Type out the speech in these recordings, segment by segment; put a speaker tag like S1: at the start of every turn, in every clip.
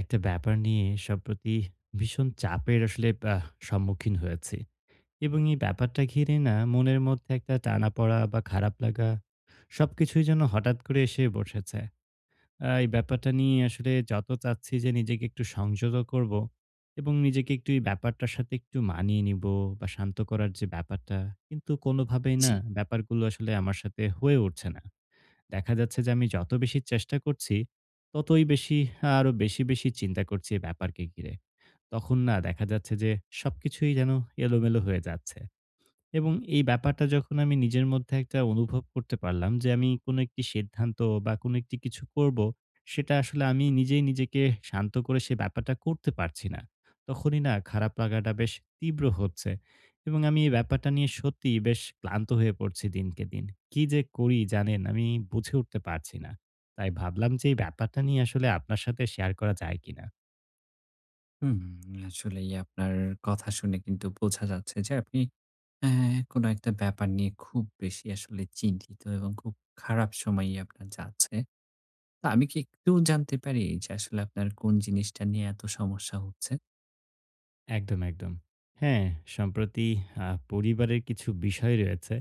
S1: একটা ব্যাপার নিয়ে সম্প্রতি ভীষণ চাপের আসলে সম্মুখীন হয়েছি। এবং এই ব্যাপারটা ঘিরে না মনের মধ্যে একটা টানাপড়া বা খারাপ লাগা সবকিছুই যেন হঠাৎ করে এসে বসেছে। এই ব্যাপারটা নিয়ে আসলে যত চাচ্ছি যে নিজেকে একটু সংযত করব এবং নিজেকে একটু এই ব্যাপারটার সাথে একটু মানিয়ে নিব বা শান্ত করার যে ব্যাপারটা, কিন্তু কোনোভাবেই
S2: জি।
S1: না ব্যাপারগুলো আসলে আমার সাথে হয়ে উঠছে না। দেখা যাচ্ছে যে আমি যত বেশি চেষ্টা করছি, ততই বেশি আরো বেশি, বেশি চিন্তা করছি এই ব্যাপারকে ঘিরে। তখন না দেখা যাচ্ছে যে সবকিছুই যেন এলোমেলো হয়ে যাচ্ছে। এবং এই ব্যাপারটা যখন আমি নিজের মধ্যে একটা অনুভব করতে পারলাম যে আমি কোনো একটি সিদ্ধান্ত বা কোনো একটি কিছু করব, সেটা আসলে আমি নিজেই নিজেকে শান্ত করে সে ব্যাপারটা করতে পারছি না। তখনই না খারাপ লাগাটা বেশ তীব্র হচ্ছে এবং আমি এই ব্যাপারটা নিয়ে সত্যিই বেশ ক্লান্ত হয়ে পড়ছি দিনকে দিন। কি যে করি জানেন, আমি বুঝে উঠতে পারছি না। তাই ভাবলাম যে এই ব্যাপারটা নিয়ে আসলে আপনার সাথে শেয়ার করা যায় কিনা?
S2: হুম, আসলেই আপনার কথা শুনে কিন্তু বোঝা যাচ্ছে যে আপনি অ্যা কোনো একটা ব্যাপার নিয়ে খুব বেশি আসলে চিন্তিত এবং খুব খারাপ সময়ই আপনার যাচ্ছে। তো আমি কি একটু জানতে পারি যে আসলে আপনার কোন জিনিসটা নিয়ে এত সমস্যা হচ্ছে?
S1: একদম, একদম। হ্যাঁ, সম্প্রতি পরিবারের কিছু বিষয় রয়েছে।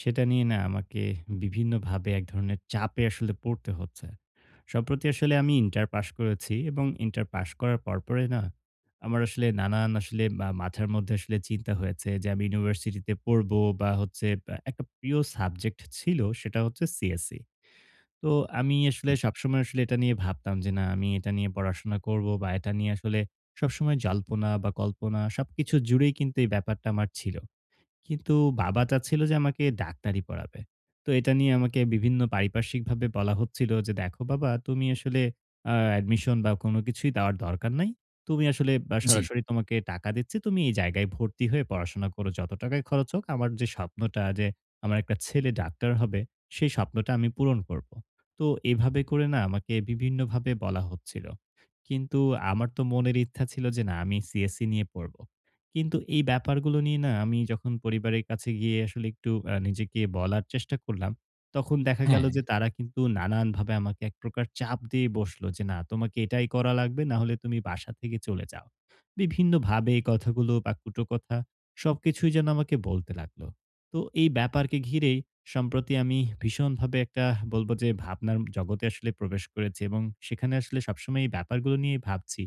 S1: সেটা নিয়ে না আমাকে বিভিন্নভাবে এক ধরনের চাপে আসলে পড়তে হচ্ছে। সম্প্রতি আসলে আমি ইন্টার পাস করেছি এবং ইন্টার পাস করার পরপরই না আমার আসলে নানান আসলে মাথার মধ্যে আসলে চিন্তা হয়েছে যে আমি ইউনিভার্সিটিতে পড়বো বা হচ্ছে একটা প্রিয় সাবজেক্ট ছিল সেটা হচ্ছে সিএসই। তো আমি আসলে
S2: হুম।
S1: সবসময় আসলে এটা নিয়ে ভাবতাম যে না আমি এটা নিয়ে পড়াশোনা করব বা এটা নিয়ে আসলে সবসময় জল্পনা বা কল্পনা সবকিছু জুড়েই কিন্তু এই ব্যাপারটা আমার ছিল। কিন্তু বাবা চাচ্ছিল যে আমাকে ডাক্তারি পড়াবে। তো এটা নিয়ে আমাকে বিভিন্ন পারিপার্শ্বিকভাবে বলা হচ্ছিল যে, "দেখো বাবা তুমি আসলে অ্যাডমিশন বা কোনো কিছুই দেওয়ার দরকার নাই। তুমি আসলে বা
S2: জি,
S1: সরাসরি তোমাকে টাকা দিচ্ছি। তুমি এই জায়গায় ভর্তি হয়ে পড়াশোনা করো। যত টাকাই খরচ হোক আমার যে স্বপ্নটা যে আমার একটা ছেলে ডাক্তার হবে, সেই স্বপ্নটা আমি পূরণ করব।" তো এভাবে করে না আমাকে বিভিন্নভাবে বলা হচ্ছিল। কিন্তু আমার তো মনের ইচ্ছা ছিল যে না আমি সিএসসি নিয়ে পড়ব। কিন্তু এই ব্যাপারগুলো নিয়ে না আমি যখন পরিবারের কাছে গিয়ে আসলে একটু নিজেকে বলার চেষ্টা করলাম, তখন দেখা গেল
S2: হ্যাঁ।
S1: যে তারা কিন্তু নানানভাবে আমাকে এক প্রকার চাপ দিয়ে বসলো যে, "না, তোমাকে এটাই করা লাগবে, না হলে তুমি বাসা থেকে চলে যাও।" বিভিন্নভাবে এই কথাগুলো বা কুটো কথা সবকিছুই যেন আমাকে বলতে লাগলো। তো এই ব্যাপারকে ঘিরেই সম্প্রতি আমি ভীষণভাবে একটা বলব যে ভাবনার জগতে আসলে প্রবেশ করেছি এবং সেখানে আসলে সবসময় এই ব্যাপারগুলো নিয়ে ভাবছি।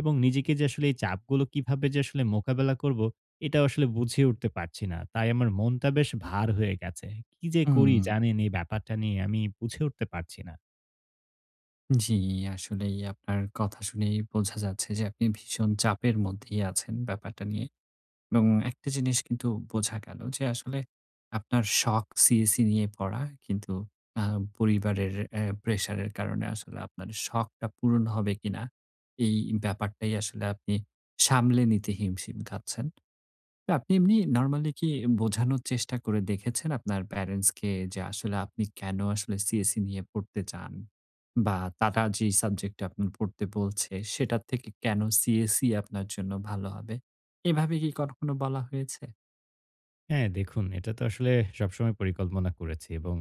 S1: এবং নিজেকে যে আসলে এই চাপগুলো কিভাবে যে আসলে মোকাবেলা করব, এটাও আসলে বুঝে উঠতে পারছি না। তাই আমার মনটা বেশ ভার হয়ে গেছে। কি যে করি
S2: হুম,
S1: জানেন, এই ব্যাপারটা নিয়ে আমি বুঝে উঠতে পারছি না।
S2: জি, আসলেই আপনার কথা শুনেই বোঝা যাচ্ছে যে আপনি ভীষণ চাপের মধ্যেই আছেন ব্যাপারটা নিয়ে। এবং একটা জিনিস কিন্তু বোঝা গেল যে আসলে আপনার শখ সিএসি নিয়ে পড়া কিন্তু আ পরিবারের প্রেশারের কারণে আসলে আপনার শখটা পূরণ হবে কিনা এই ব্যাপারটাই আসলে আপনি সামলে নিতে হিমশিম খাচ্ছেন। তো আপনি এমনি নরমালি কি বোঝানোর চেষ্টা করে দেখেছেন আপনার প্যারেন্টস কে যে আসলে আপনি কেন আসলে সিএসই নিয়ে পড়তে চান? বা তারা যেই সাবজেক্ট টা আপনার পড়তে বলছে সেটার থেকে কেন সিএসই আপনার জন্য ভালো হবে? এভাবে কি কখনো বলা হয়েছে?
S1: হ্যাঁ, দেখুন এটা তো আসলে সবসময় পরিকল্পনা করেছি এবং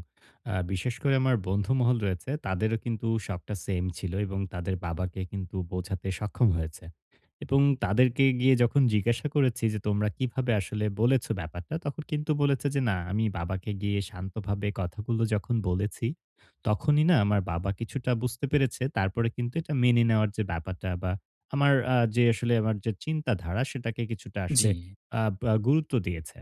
S1: বিশেষ করে আমার বন্ধু মহল রয়েছে তাদেরও কিন্তু শখটা সেম ছিল এবং তাদের বাবাকে কিন্তু বোঝাতে সক্ষম হয়েছে। এবং তাদেরকে গিয়ে যখন জিজ্ঞাসা করেছি যে, "তোমরা কিভাবে আসলে বলেছ ব্যাপারটা?" তখন কিন্তু বলেছে যে, "না, আমি বাবাকে গিয়ে শান্তভাবে কথাগুলো যখন বলেছি, তখনই না আমার বাবা কিছুটা বুঝতে পেরেছে। তারপরে কিন্তু এটা মেনে নেওয়ার যে ব্যাপারটা বা আমার যে আসলে আমার যে চিন্তাধারা সেটাকে কিছুটা
S2: জি।
S1: আসলে বা গুরুত্ব দিয়েছে।"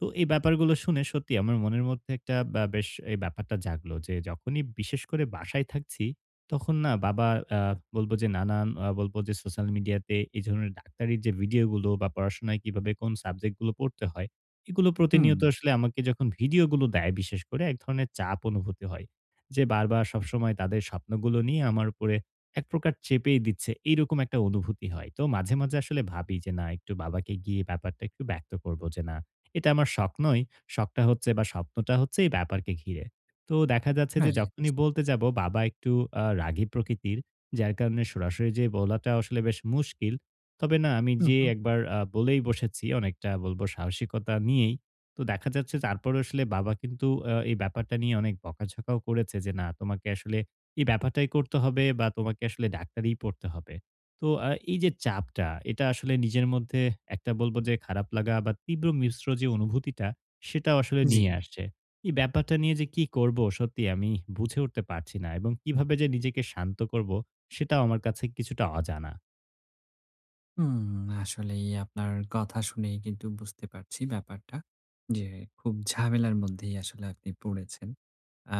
S1: তো এই ব্যাপারগুলো শুনে সত্যি আমার মনের মধ্যে একটা বা বেশ এই ব্যাপারটা জাগলো যে যখনই বিশেষ করে বাসায় থাকছি, তখন না বাবা আ বলবো যে নানান বলবো যে সোশ্যাল মিডিয়াতে এই ধরনের ডাক্তারির যে ভিডিওগুলো বা পড়াশোনায় কিভাবে কোন সাবজেক্ট গুলো পড়তে হয়, এগুলো
S2: হুম,
S1: প্রতিনিয়ত আসলে আমাকে যখন ভিডিওগুলো দেয় বিশেষ করে এক ধরনের চাপ অনুভূতি হয়। যে বারবার সবসময় তাদের স্বপ্নগুলো নিয়ে আমার উপরে এক প্রকার চেপেই দিচ্ছে। এইরকম একটা অনুভূতি হয়। তো মাঝে, মাঝে আসলে ভাবি যে না একটু বাবাকে গিয়ে ব্যাপারটা একটু ব্যক্ত করব যে না এটা আমার শখ নয়। শখটা হচ্ছে বা স্বপ্নটা হচ্ছে এই ব্যাপারকে ঘিরে। তো দেখা যাচ্ছে যে
S2: রাইট।
S1: যখনই বলতে যাব বাবা একটু রাগী প্রকৃতির। যার কারণে সরাসরি যে বলাটা আসলে বেশ মুশকিল। তবে না আমি
S2: হু,
S1: যে
S2: হু।
S1: একবার বলেই বসেছি অনেকটা বলবো সাহসিকতা নিয়েই। তো দেখা যাচ্ছে তারপরে আসলে বাবা কিন্তু এই ব্যাপারটা নিয়ে অনেক বকাঝকাও করেছে যে, "না তোমাকে আসলে এই ব্যাপারটাই করতে হবে বা তোমাকে আসলে ডাক্তারিই পড়তে হবে।" তো এই যে চাপটা, এটা আসলে নিজের মধ্যে একটা বলবো যে খারাপ লাগা বা তীব্র মিশ্র যে অনুভূতিটা, সেটাও আসলে
S2: জি।
S1: নিয়ে আসছে। এই ব্যাপারটা নিয়ে যে কি করব? সত্যি আমি বুঝে উঠতে পারছি না এবং কিভাবে যে নিজেকে শান্ত করব? সেটাও আমার কাছে কিছুটা অজানা।
S2: হুম, আসলেই আপনার কথা শুনেই কিন্তু বুঝতে পারছি ব্যাপারটা। যে খুব ঝামেলার মধ্যেই আসলে আপনি পড়েছেন। আ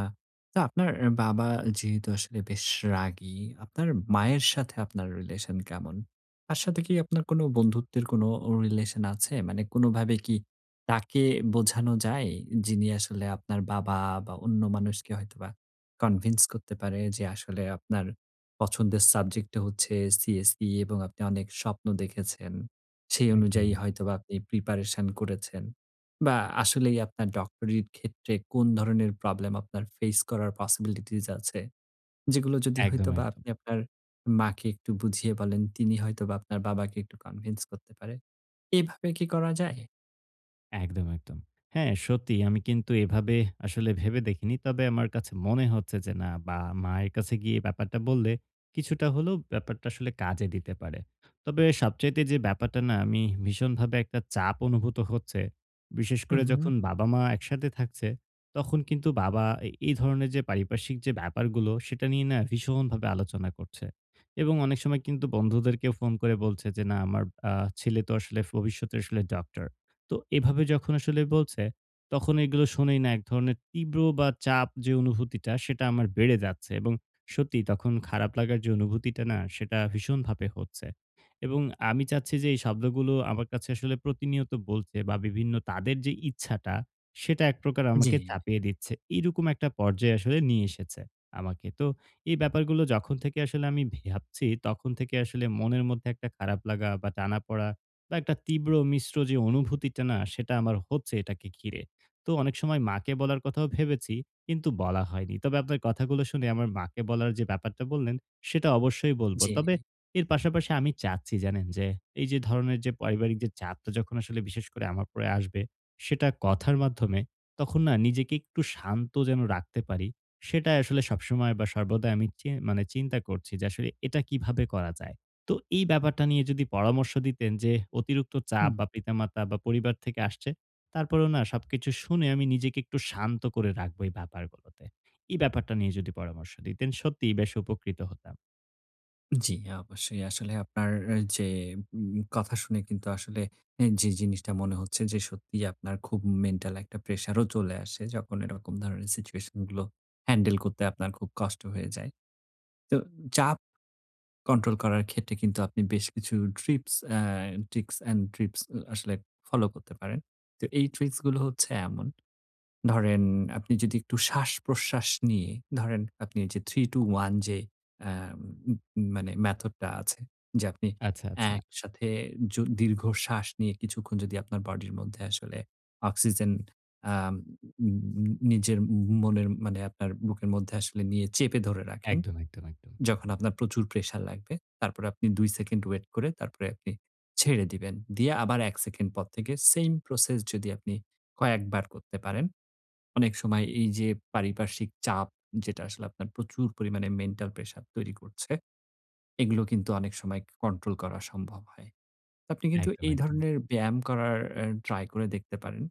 S2: তো আপনার বাবা যেহেতু আসলে বেশ রাগী, আপনার মায়ের সাথে আপনার রিলেশন কেমন? তার সাথে কি আপনার কোনো বন্ধুত্বের কোনো রিলেশন আছে? মানে কোনোভাবে কি তাকে বোঝানো যায়? যিনি আসলে আপনার বাবা বা অন্য মানুষকে হয়তোবা কনভিন্স করতে পারে যে আসলে আপনার পছন্দের সাবজেক্টটা হচ্ছে সিএসই এবং আপনি অনেক স্বপ্ন দেখেছেন। সেই
S1: একদম,
S2: অনুযায়ী
S1: একদম।
S2: হয়তোবা আপনি প্রিপারেশন করেছেন। বা আসলেই আপনার ডক্টরির ক্ষেত্রে কোন ধরনের প্রবলেম আপনার ফেস করার পসিবিলিটিস আছে। যেগুলো যদি
S1: একদম,
S2: হয়তোবা
S1: একদম।
S2: আপনি আপনার মাকে একটু বুঝিয়ে বলেন, তিনি হয়তোবা আপনার বাবাকে একটু কনভিন্স করতে পারে। এভাবে কি করা যায়?
S1: একদম, একদম। হ্যাঁ, সত্যি আমি কিন্তু এভাবে আসলে ভেবে দেখিনি। তবে আমার কাছে মনে হচ্ছে যে না বা মায়ের কাছে গিয়ে ব্যাপারটা বললে কিছুটা হলেও ব্যাপারটা আসলে কাজে দিতে পারে। তবে সবচাইতে যে ব্যাপারটা না আমি ভীষণভাবে একটা চাপ অনুভূত হচ্ছে। বিশেষ
S2: হুম,
S1: করে
S2: হুম।
S1: যখন বাবা-মা একসাথে থাকছে, তখন কিন্তু বাবা এই ধরনের যে পারিপার্শ্বিক যে ব্যাপারগুলো সেটা নিয়ে না ভীষণভাবে আলোচনা করছে। এবং অনেক সময় কিন্তু বন্ধুদেরকেও ফোন করে বলছে যে না আমার আ ছেলে তো আসলে ভবিষ্যতে আসলে ডক্টর। তো এভাবে যখন আসলে বলছে, তখন এগুলো শুনেই না এক ধরনের তীব্র বা চাপ যে অনুভূতিটা সেটা আমার বেড়ে যাচ্ছে এবং সত্যি তখন খারাপ লাগার যে অনুভূতিটা না সেটা ভীষণভাবে হচ্ছে। এবং আমি চাচ্ছি যে এই শব্দগুলো আমার কাছে আসলে প্রতিনিয়ত বলছে বা বিভিন্ন তাদের যে ইচ্ছাটা সেটা এক প্রকার
S2: জি,
S1: আমাকে চাপিয়ে দিচ্ছে। এইরকম একটা পর্যায়ে আসলে নিয়ে এসেছে আমাকে। তো এই ব্যাপারগুলো যখন থেকে আসলে আমি ভাবছি তখন থেকে আসলে মনের মধ্যে একটা খারাপ লাগা বা টানাপোড়া বা একটা তীব্র মিশ্র যে অনুভূতিটা না সেটা আমার হচ্ছে এটাকে ঘিরে। তো অনেক সময় মাকে বলার কথাও ভেবেছি, কিন্তু বলা হয়নি। তবে আপনার কথাগুলো শুনে আমার মাকে বলার যে ব্যাপারটা বললেন, সেটা অবশ্যই বলবো।
S2: জি,
S1: তবে এর পাশাপাশি আমি চাচ্ছি জানেন যে, এই যে ধরনের যে পারিবারিক যে চাপটা যখন আসলে বিশেষ করে আমার উপরে আসবে, সেটা কথার মাধ্যমে তখন না নিজেকে একটু শান্ত যেন রাখতে পারি। সেটাই আসলে সবসময় বা সর্বদা আমি চে মানে চিন্তা করছি যে আসলে এটা কিভাবে করা যায়? তো এই ব্যাপারটা নিয়ে যদি পরামর্শ দিতেন যে অতিরিক্ত চাপ
S2: হুম।
S1: বা পিতামাতা বা পরিবার থেকে আসছে, তারপরেও না সবকিছু শুনে আমি নিজেকে একটু শান্ত করে রাখবো এই ব্যাপারগুলোতে। এই ব্যাপারটা নিয়ে যদি পরামর্শ দিতেন সত্যিই বেশ উপকৃত হতাম।
S2: জি, অবশ্যই। আসলে আপনার যে কথা শুনে কিন্তু আসলে এ যে জিনিসটা মনে হচ্ছে যে সত্যিই আপনার খুব মেন্টাল একটা প্রেশারও চলে আসে যখন এরকম ধরনের সিচুয়েশন গুলো হ্যান্ডেল করতে আপনার খুব কষ্ট হয়ে যায়। তো চাপ কন্ট্রোল করার ক্ষেত্রে কিন্তু আপনি বেশ কিছু trips a tricks and trips আসলে ফলো করতে পারেন। তো এই ট্রিক্স গুলো হচ্ছে এমন ধরেন আপনি যদি একটু শ্বাস-প্রশ্বাস নিয়ে ধরেন আপনি যে 3-2-1 যে অ্যা উম মানে মেথড টা আছে যে আপনি
S1: আচ্ছা, আচ্ছা।
S2: একসাথে জো দীর্ঘ শ্বাস নিয়ে কিছুক্ষণ যদি আপনার বডির মধ্যে আসলে অক্সিজেন আম উম নিজের মনের মানে আপনার বুকের মধ্যে আসলে নিয়ে চেপে ধরে রাখেন।
S1: একদম, একদম, একদম।
S2: যখন আপনার প্রচুর প্রেশার লাগবে, তারপরে আপনি ২ সেকেন্ড ওয়েট করে তারপরে আপনি ছেড়ে দিবেন। দিয়ে আবার ১ সেকেন্ড পর থেকে সেইম প্রসেস যদি আপনি কয়েকবার করতে পারেন অনেক সময় এই যে পারিপার্শ্বিক চাপ যেটা আসলে আপনার প্রচুর পরিমাণে মেন্টাল প্রেশার তৈরি করছে, এগুলো কিন্তু অনেক সময় কন্ট্রোল করা সম্ভব হয়। আপনি কিন্তু
S1: একদম,
S2: এই
S1: একদম।
S2: ধরনের ব্যায়াম করার ট্রাই করে দেখতে পারেন।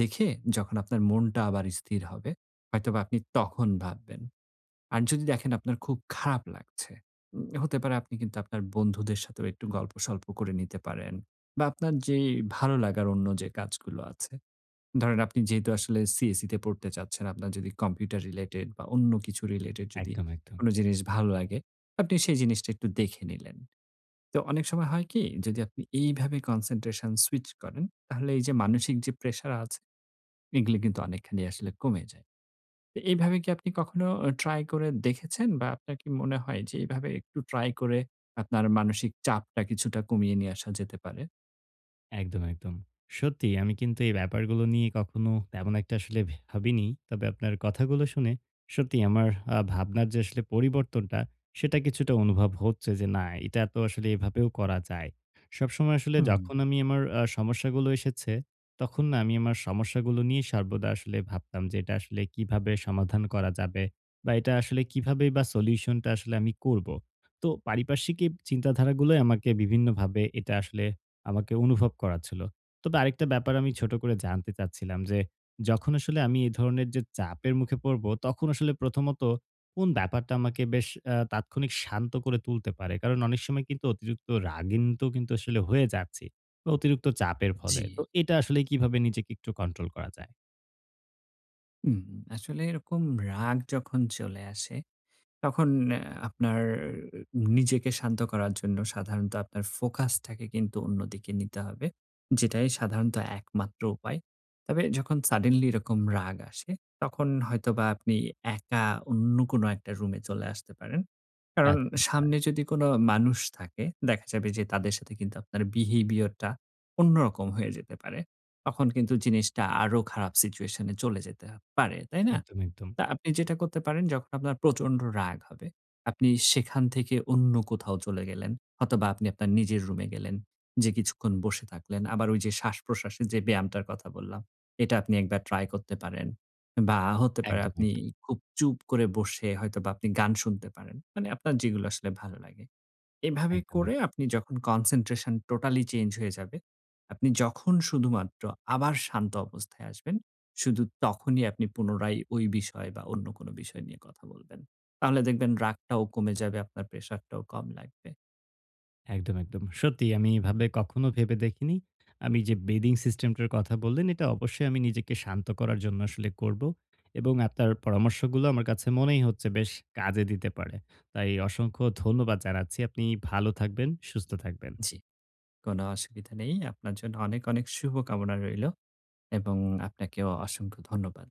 S2: দেখে যখন আপনার মনটা আবার স্থির হবে, হয়তোবা আপনি তখন ভাববেন। আর যদি দেখেন আপনার খুব খারাপ লাগছে, হতে পারে আপনি কিন্তু আপনার বন্ধুদের সাথেও একটু গল্পসল্প করে নিতে পারেন বা আপনার যে ভালো লাগার অন্য যে কাজগুলো আছে ধরেন আপনি যেহেতু আসলে সিএসই তে পড়তে চাচ্ছেন, আপনার যদি কম্পিউটার রিলেটেড বা অন্য কিছু রিলেটেড যদি
S1: একদম, একদম।
S2: কোন জিনিস ভালো লাগে, আপনি সেই জিনিসটা একটু দেখে নিলেন। তো অনেক সময় হয় কি? যদি আপনি এইভাবে কনসেনট্রেশন সুইচ করেন, তাহলে এই যে মানসিক যে প্রেশার আছে, এগুলো কিন্তু অনেকখানি আসলে কমে যায়। তো এইভাবে কি আপনি কখনো ট্রাই করে দেখেছেন? বা আপনার কি মনে হয় যে এভাবে একটু ট্রাই করে আপনার মানসিক চাপটা কিছুটা কমিয়ে নিয়ে আসা যেতে পারে?
S1: একদম, একদম। সত্যি আমি কিন্তু এই ব্যাপারগুলো নিয়ে কখনো তেমন একটা আসলে ভাবিনি। তবে আপনার কথাগুলো শুনে সত্যি আমার ভাবনার যে আসলে পরিবর্তনটা, সেটা কিছুটা অনুভব হচ্ছে যে না, এটা তো আসলে এভাবেও করা যায়। সবসময় আসলে
S2: হুম,
S1: যখন আমি আমার সমস্যাগুলো এসেছে, তখন না আমি আমার সমস্যাগুলো নিয়ে সর্বদা আসলে ভাবতাম যে এটা আসলে কিভাবে সমাধান করা যাবে বা এটা আসলে কিভাবেই বা সলিউশনটা আসলে আমি করব। তো পারিপার্শ্বিক এই চিন্তাধারাগুলোই আমাকে বিভিন্নভাবে এটা আসলে আমাকে অনুভব করাচ্ছিল। তবে আরেকটা ব্যাপার আমি ছোট করে জানতে চাচ্ছিলাম যে, যখন আসলে আমি এই ধরনের যে চাপের মুখে পড়বো, তখন আসলে প্রথমত কোন ব্যাপারটা আমাকে বেশ তাৎক্ষণিক শান্ত করে তুলতে পারে? কারণ অনেক সময় কিন্তু অতিরিক্ত রাগিন তো কিন্তু আসলে হয়ে যাচ্ছি, অতিরিক্ত চাপের
S2: জি।
S1: ফলে। তো এটা আসলে কিভাবে নিজেকে একটু কন্ট্রোল করা যায়?
S2: হুম, আসলে এরকম রাগ যখন চলে আসে তখন আপনার নিজেকে শান্ত করার জন্য সাধারণত আপনার ফোকাসটাকে কিন্তু অন্যদিকে নিতে হবে। যেটাই সাধারণত একমাত্র উপায়। তবে যখন সাডেনলি এরকম রাগ আসে, তখন হয়তোবা আপনি একা অন্য কোনো একটা রুমে চলে আসতে পারেন। কারণ
S1: আচ্ছা, আচ্ছা।
S2: সামনে যদি কোনো মানুষ থাকে, দেখা যাবে যে তাদের সাথে কিন্তু আপনার বিহেভিয়ারটা অন্যরকম হয়ে যেতে পারে। তখন কিন্তু জিনিসটা আরো খারাপ সিচুয়েশন এ চলে যেতে পারে, তাই না?
S1: একদম, একদম।
S2: তা আপনি যেটা করতে পারেন যখন আপনার প্রচন্ড রাগ হবে, আপনি সেখান থেকে অন্য কোথাও চলে গেলেন। অথবা আপনি আপনার নিজের রুমে গেলেন। যে কিছুক্ষণ বসে থাকলেন। আবার ওই যে শ্বাসপ্রশ্বাসের যে ব্যায়ামটার কথা বললাম, এটা আপনি একবার ট্রাই করতে পারেন। বা হতে পারে
S1: একদম,
S2: আপনি
S1: একদম।
S2: খুব চুপ করে বসে হয়তোবা আপনি গান শুনতে পারেন। মানে আপনার যেগুলো আসলে ভালো লাগে। এভাবে
S1: একদম,
S2: করে
S1: একদম।
S2: আপনি যখন কনসেনট্রেশন টোটালি চেঞ্জ হয়ে যাবে, আপনি যখন শুধুমাত্র আবার শান্ত অবস্থায় আসবেন, শুধু তখনই আপনি পুনরায় ওই বিষয় বা অন্য কোনো বিষয় নিয়ে কথা বলবেন। তাহলে দেখবেন রাগটাও কমে যাবে, আপনার প্রেশারটাও কম লাগবে।
S1: একদম, একদম। সত্যিই আমি এভাবে কখনো ভেবে দেখিনি। আমি যে বেডিং সিস্টেমটার কথা বললেন, এটা অবশ্যই আমি নিজেকে শান্ত করার জন্য আসলে করব। এবং আপনার পরামর্শগুলো আমার কাছে মনেই হচ্ছে বেশ কাজে দিতে পারে। তাই অসংখ্য ধন্যবাদ জানাচ্ছি। আপনি ভালো থাকবেন, সুস্থ থাকবেন।
S2: জি, কোনো অসুবিধা নেই। আপনার জন্য অনেক, অনেক শুভকামনা রইলো এবং আপনাকেও অসংখ্য ধন্যবাদ।